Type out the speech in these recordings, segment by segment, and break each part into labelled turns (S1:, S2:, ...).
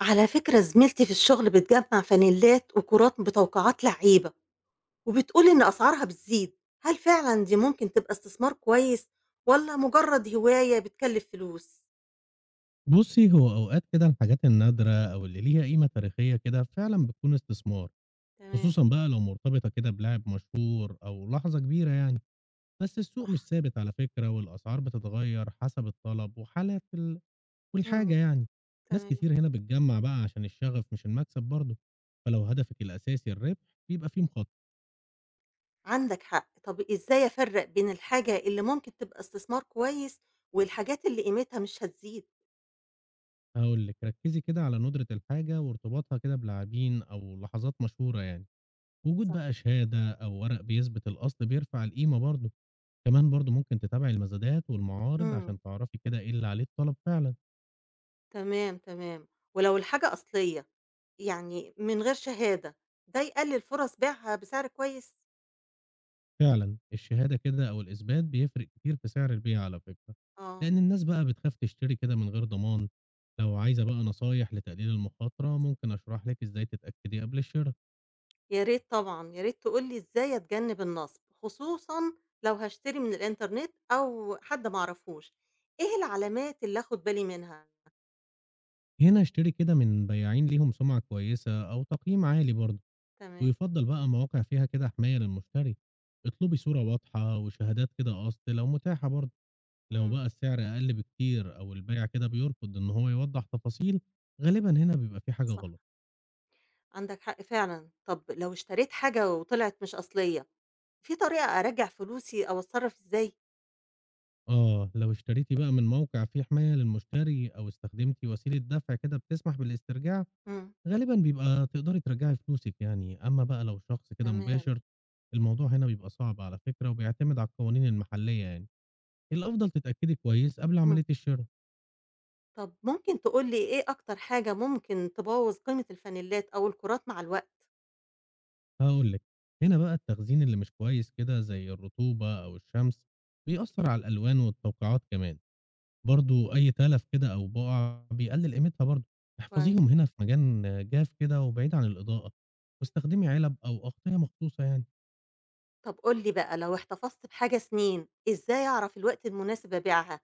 S1: على فكرة زميلتي في الشغل بتجمع فانيلات وكرات بتوقعات لعيبة وبتقول إن أسعارها بتزيد، هل فعلا دي ممكن تبقى استثمار كويس ولا مجرد هواية بتكلف فلوس؟
S2: بُصّي، هو أوقات كده الحاجات النادرة أو اللي ليها قيمة تاريخية كده فعلًا بتكون استثمار،
S1: تمام.
S2: خصوصًا بقى لو مرتبطة كده بلاعب مشهور أو لحظة كبيرة يعني، بس السوق مش ثابت على فكرة والأسعار بتتغيّر حسب الطلب وحالة
S1: مم.
S2: والحاجة يعني، ناس
S1: تمام.
S2: كتير هنا بتجمّع بقى عشان الشغف مش المكسب برضه، فلو هدفِك الأساسي الربح بيبقى في مخاطرة،
S1: عندك حق. طب إزاي أفرق بين الحاجة اللي ممكن تبقى استثمار كويس والحاجات اللي قيمتها مش هتزيد؟
S2: هاقول لِك ركّزي كده على ندرة الحاجة وارتباطها كده بلاعبين أو لحظات مشهورة يعني، وجود
S1: صح.
S2: بقى شهادة أو ورق بيثبت الأصل بيرفع القيمة برضه. كمان برضه ممكن تتابعي المزادات والمعارض عشان
S1: مم.
S2: تعرفي كده إيه اللي عليه الطلب فعلًا،
S1: تمام، تمام. ولو الحاجة أصلية، يعني من غير شهادة، ده يقلل فرص بيعها بسعر كويس؟
S2: فعلًا الشهادة كده أو الإثبات بيفرق كتير في سعر البيعة على فكرة،
S1: اه.
S2: لإن الناس بقى بتخاف تشتري كده من غير ضمان، لو عايزة بقى نصايح لتقليل المخاطرة ممكن أشرح لِك إزاي تتأكدي قبل الشرا،
S1: يا ريت طبعًا، يا ريت تقول لي إزاي أتجنب النصب، خصوصًا لو هاشتري من الإنترنت أو حد ما أعرفوش، إيه العلامات اللي آخد بالي منها؟
S2: هنا اشتري كده من بياعين ليهم سمعة كويسة أو تقييم عالي برضه،
S1: تمام،
S2: ويُفضّل بقى مواقع فيها كده حماية للمشتري، اطلبي صورة واضحة وشهادات كده أصل لو متاحة برضه. لو
S1: إمم،
S2: بقى السعر أقل بكتير أو البايع كده بيرفض إن هو يوضح تفاصيل، غالبًا هنا بيبقى في حاجة
S1: صح،
S2: غلط.
S1: عندك حق فعلًا. طب لو اشتريت حاجة وطلعت مش أصلية، في طريقة أرجّع فلوسي أو أتصرّف إزاي؟
S2: آه، لو اشتريتِ بقى من موقع فيه حماية للمشتري أو استخدمتِ وسيلة دفع كده بتسمح بالاسترجاع،
S1: إمم،
S2: غالبًا بيبقى تقدري ترجعي فلوسِك يعني. أما بقى لو شخص كده
S1: تمام،
S2: مباشر، الموضوع هنا بيبقى صعب على فكرة وبيعتمد على القوانين المحلية يعني. الأفضل تتأكدي كويس قبل
S1: إمم.
S2: عملية الشرا.
S1: طب ممكن تقول لي إيه أكتر حاجة ممكن تبوّظ قيمة الفانيلات أو الكُرات مع الوقت؟
S2: هاقول لِك، هنا بقى التخزين اللي مش كويس كده زي الرطوبة أو الشمس،
S1: أكيد،
S2: بيأثر على الألوان والتوقيعات كمان. برضه أي تلف كده أو بُقع بيقلل قيمتها برضه،
S1: كويس.
S2: احفظيهم هنا في مكان جاف كده وبعيد عن الإضاءة، واستخدمي علب أو أغطية مخصوصة يعني.
S1: طب قُل لي بقى لو احتفظت بحاجة سنين، إزاي أعرف الوقت المناسب أبيعها؟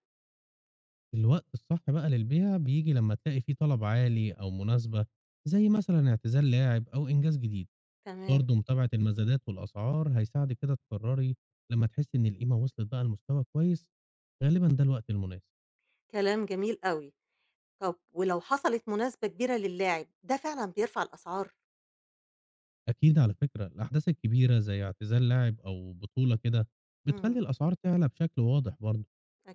S2: الوقت الصح بقى للبيع بييجي لمّا تلاقي فيه طلب عالي أو مناسبة، زي مثلًا اعتزال لاعب أو إنجاز جديد.
S1: تمام،
S2: برضه متابعة المزادات والأسعار هيساعدِك كده تقرري لمّا تحسي إن القيمة وصلت بقى لمستوى كويس، غالبًا ده الوقت المناسب.
S1: كلام جميل أوي. طب ولو حصلت مناسبة كبيرة للاعب، ده فعلًا بيرفع الأسعار؟
S2: أكيد على فكرة الأحداث الكبيرة زي اعتزال لاعب أو بطولة كده بتخلي
S1: إمم،
S2: الأسعار تعلى بشكل واضح برضه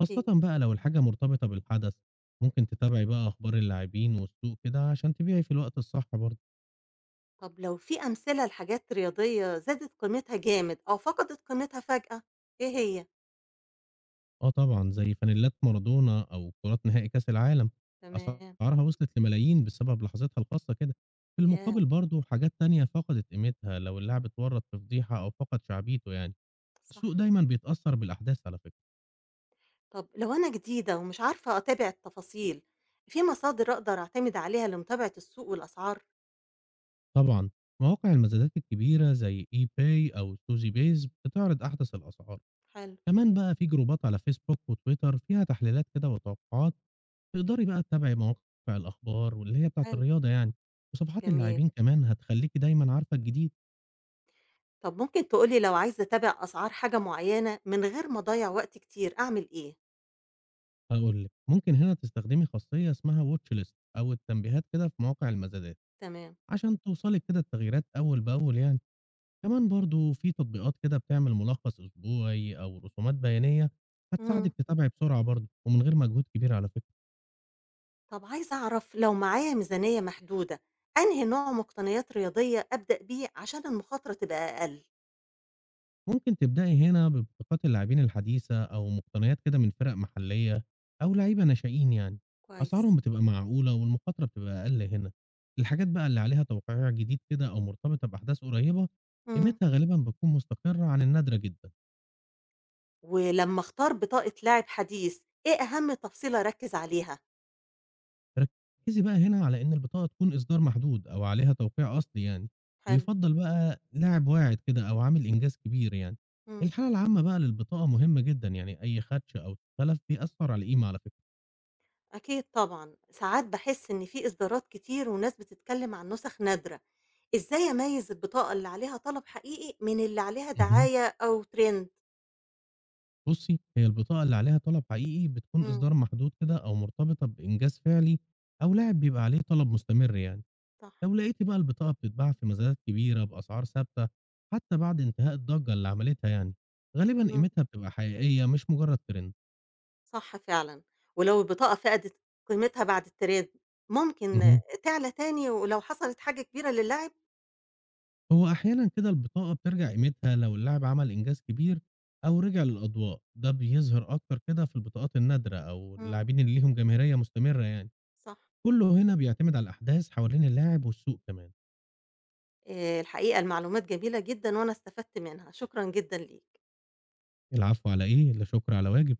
S2: خاصة بقى لو الحاجة مرتبطة بالحدث ممكن تتابعي بقى أخبار اللاعبين والسوق كده عشان تبيعي في الوقت الصح برضه.
S1: طب لو في أمثلة لحاجات رياضية زادت قيمتها جامد أو فقدت قيمتها فجأة، إيه هي؟
S2: اه طبعا زي فانيلات مارادونا أو كرات نهائي كأس العالم،
S1: تمام،
S2: أسعارها وصلت لملايين بسبب لحظتها الخاصة كده. في
S1: ياه!
S2: المقابل برضه حاجات تانية فقدت قيمتها لو اللاعب اتورط في فضيحة أو فقد شعبيته يعني.
S1: صح.
S2: السوق دايما بيتأثر بالأحداث على فكرة.
S1: طب لو أنا جديدة ومش عارفة أتابع التفاصيل، في مصادر أقدر أعتمد عليها لمتابعة السوق والأسعار؟
S2: طبعًا، مواقع المزادات الكبيرة زي eBay أو سوزي بايز بتعرض أحدث الأسعار،
S1: حلو،
S2: كمان بقى في جروبات على فيسبوك وتويتر فيها تحليلات كده وتوقعات، تقدري بقى تتابعي مواقع الأخبار واللي هي بتاعة
S1: حلو،
S2: الرياضة يعني، وصفحات
S1: جميل.
S2: اللاعبين كمان هتخلّيكِ دايمًا عارفة الجديد،
S1: طب ممكن تقول لي لو عايزة أتابع أسعار حاجة معيّنة من غير ما أضيّع وقت كتير أعمل إيه؟
S2: هاقول لِك ممكن هنا تستخدمي خاصية اسمها watch list أو التنبيهات كده في مواقع المزادات،
S1: تمام.
S2: عشان توصلِك كده التغييرات أول بأول يعني. كمان برضه في تطبيقات كده بتعمل ملخص أسبوعي أو رسومات بيانية
S1: إمم.
S2: هتساعدك تتابعي بسرعة برضه ومن غير مجهود كبير على فكرة.
S1: طب عايزة أعرف لو معايا ميزانية محدودة، أنهي نوع مقتنيات رياضية أبدأ بيه عشان المخاطرة تبقى أقل؟
S2: ممكن تبدأي هنا ببطاقات اللاعبين الحديثة أو مقتنيات كده من فرق محلية أو لعيبة ناشئين يعني.
S1: كويس.
S2: أسعارهم بتبقى معقولة والمخاطرة بتبقى أقل هنا. الحاجات بقى اللي عليها توقيع جديد كده أو مرتبطة بأحداث قريبة
S1: إمم.
S2: قيمتها غالبا بتكون مستقرة عن النادرة جدا.
S1: ولمّا أختار بطاقة لاعب حديث، إيه أهم تفصيلة أركّز عليها؟
S2: ركّزي بقى هنا على إن البطاقة تكون إصدار محدود أو عليها توقيع أصلي يعني،
S1: حلو.
S2: ويُفضّل بقى لاعب واعد كده أو عامل إنجاز كبير يعني.
S1: إمم.
S2: الحالة العامة بقى للبطاقة مهمة جدًا، يعني أي خدش أو تلف بيأثّر على القيمة على فكرة.
S1: أكيد طبعًا، ساعات باحس إن في إصدارات كتير وناس بتتكلم عن نسخ نادرة، إزاي أميّز البطاقة اللي عليها طلب حقيقي من اللي عليها
S2: اهم.
S1: دعاية أو trend؟
S2: بُصّي، هي البطاقة اللي عليها طلب حقيقي بتكون
S1: إمم،
S2: إصدار محدود كده أو مرتبطة بإنجاز فعلي أو لاعب بيبقى عليه طلب مستمر يعني.
S1: صح،
S2: لو لقيتِ بقى البطاقة بتتباع في مزادات كبيرة بأسعار ثابتة حتى بعد انتهاء الضجة اللي عملتها يعني، غالبًا
S1: إمم،
S2: قيمتها بتبقى حقيقية مش مجرّد ترند.
S1: صح فعلًا، ولو البطاقة فقدت قيمتها بعد الtrend ممكن
S2: اهم.
S1: تعلى تاني ولو حصلت حاجة كبيرة للاعب؟
S2: هو أحيانًا كده البطاقة بترجع قيمتها لو اللاعب عمل إنجاز كبير أو رجع للأضواء، ده بيظهر أكتر كده في البطاقات النادرة أو
S1: إمم،
S2: اللاعبين اللي ليهم جماهيرية مستمرة يعني،
S1: صح.
S2: كله هنا بيعتمد على الأحداث حوالين اللاعب والسوق كمان،
S1: الحقيقة المعلومات جميلة جدًا وأنا استفدت منها، شكرًا جدًا ليك.
S2: العفو على إيه، لا شكر على واجب.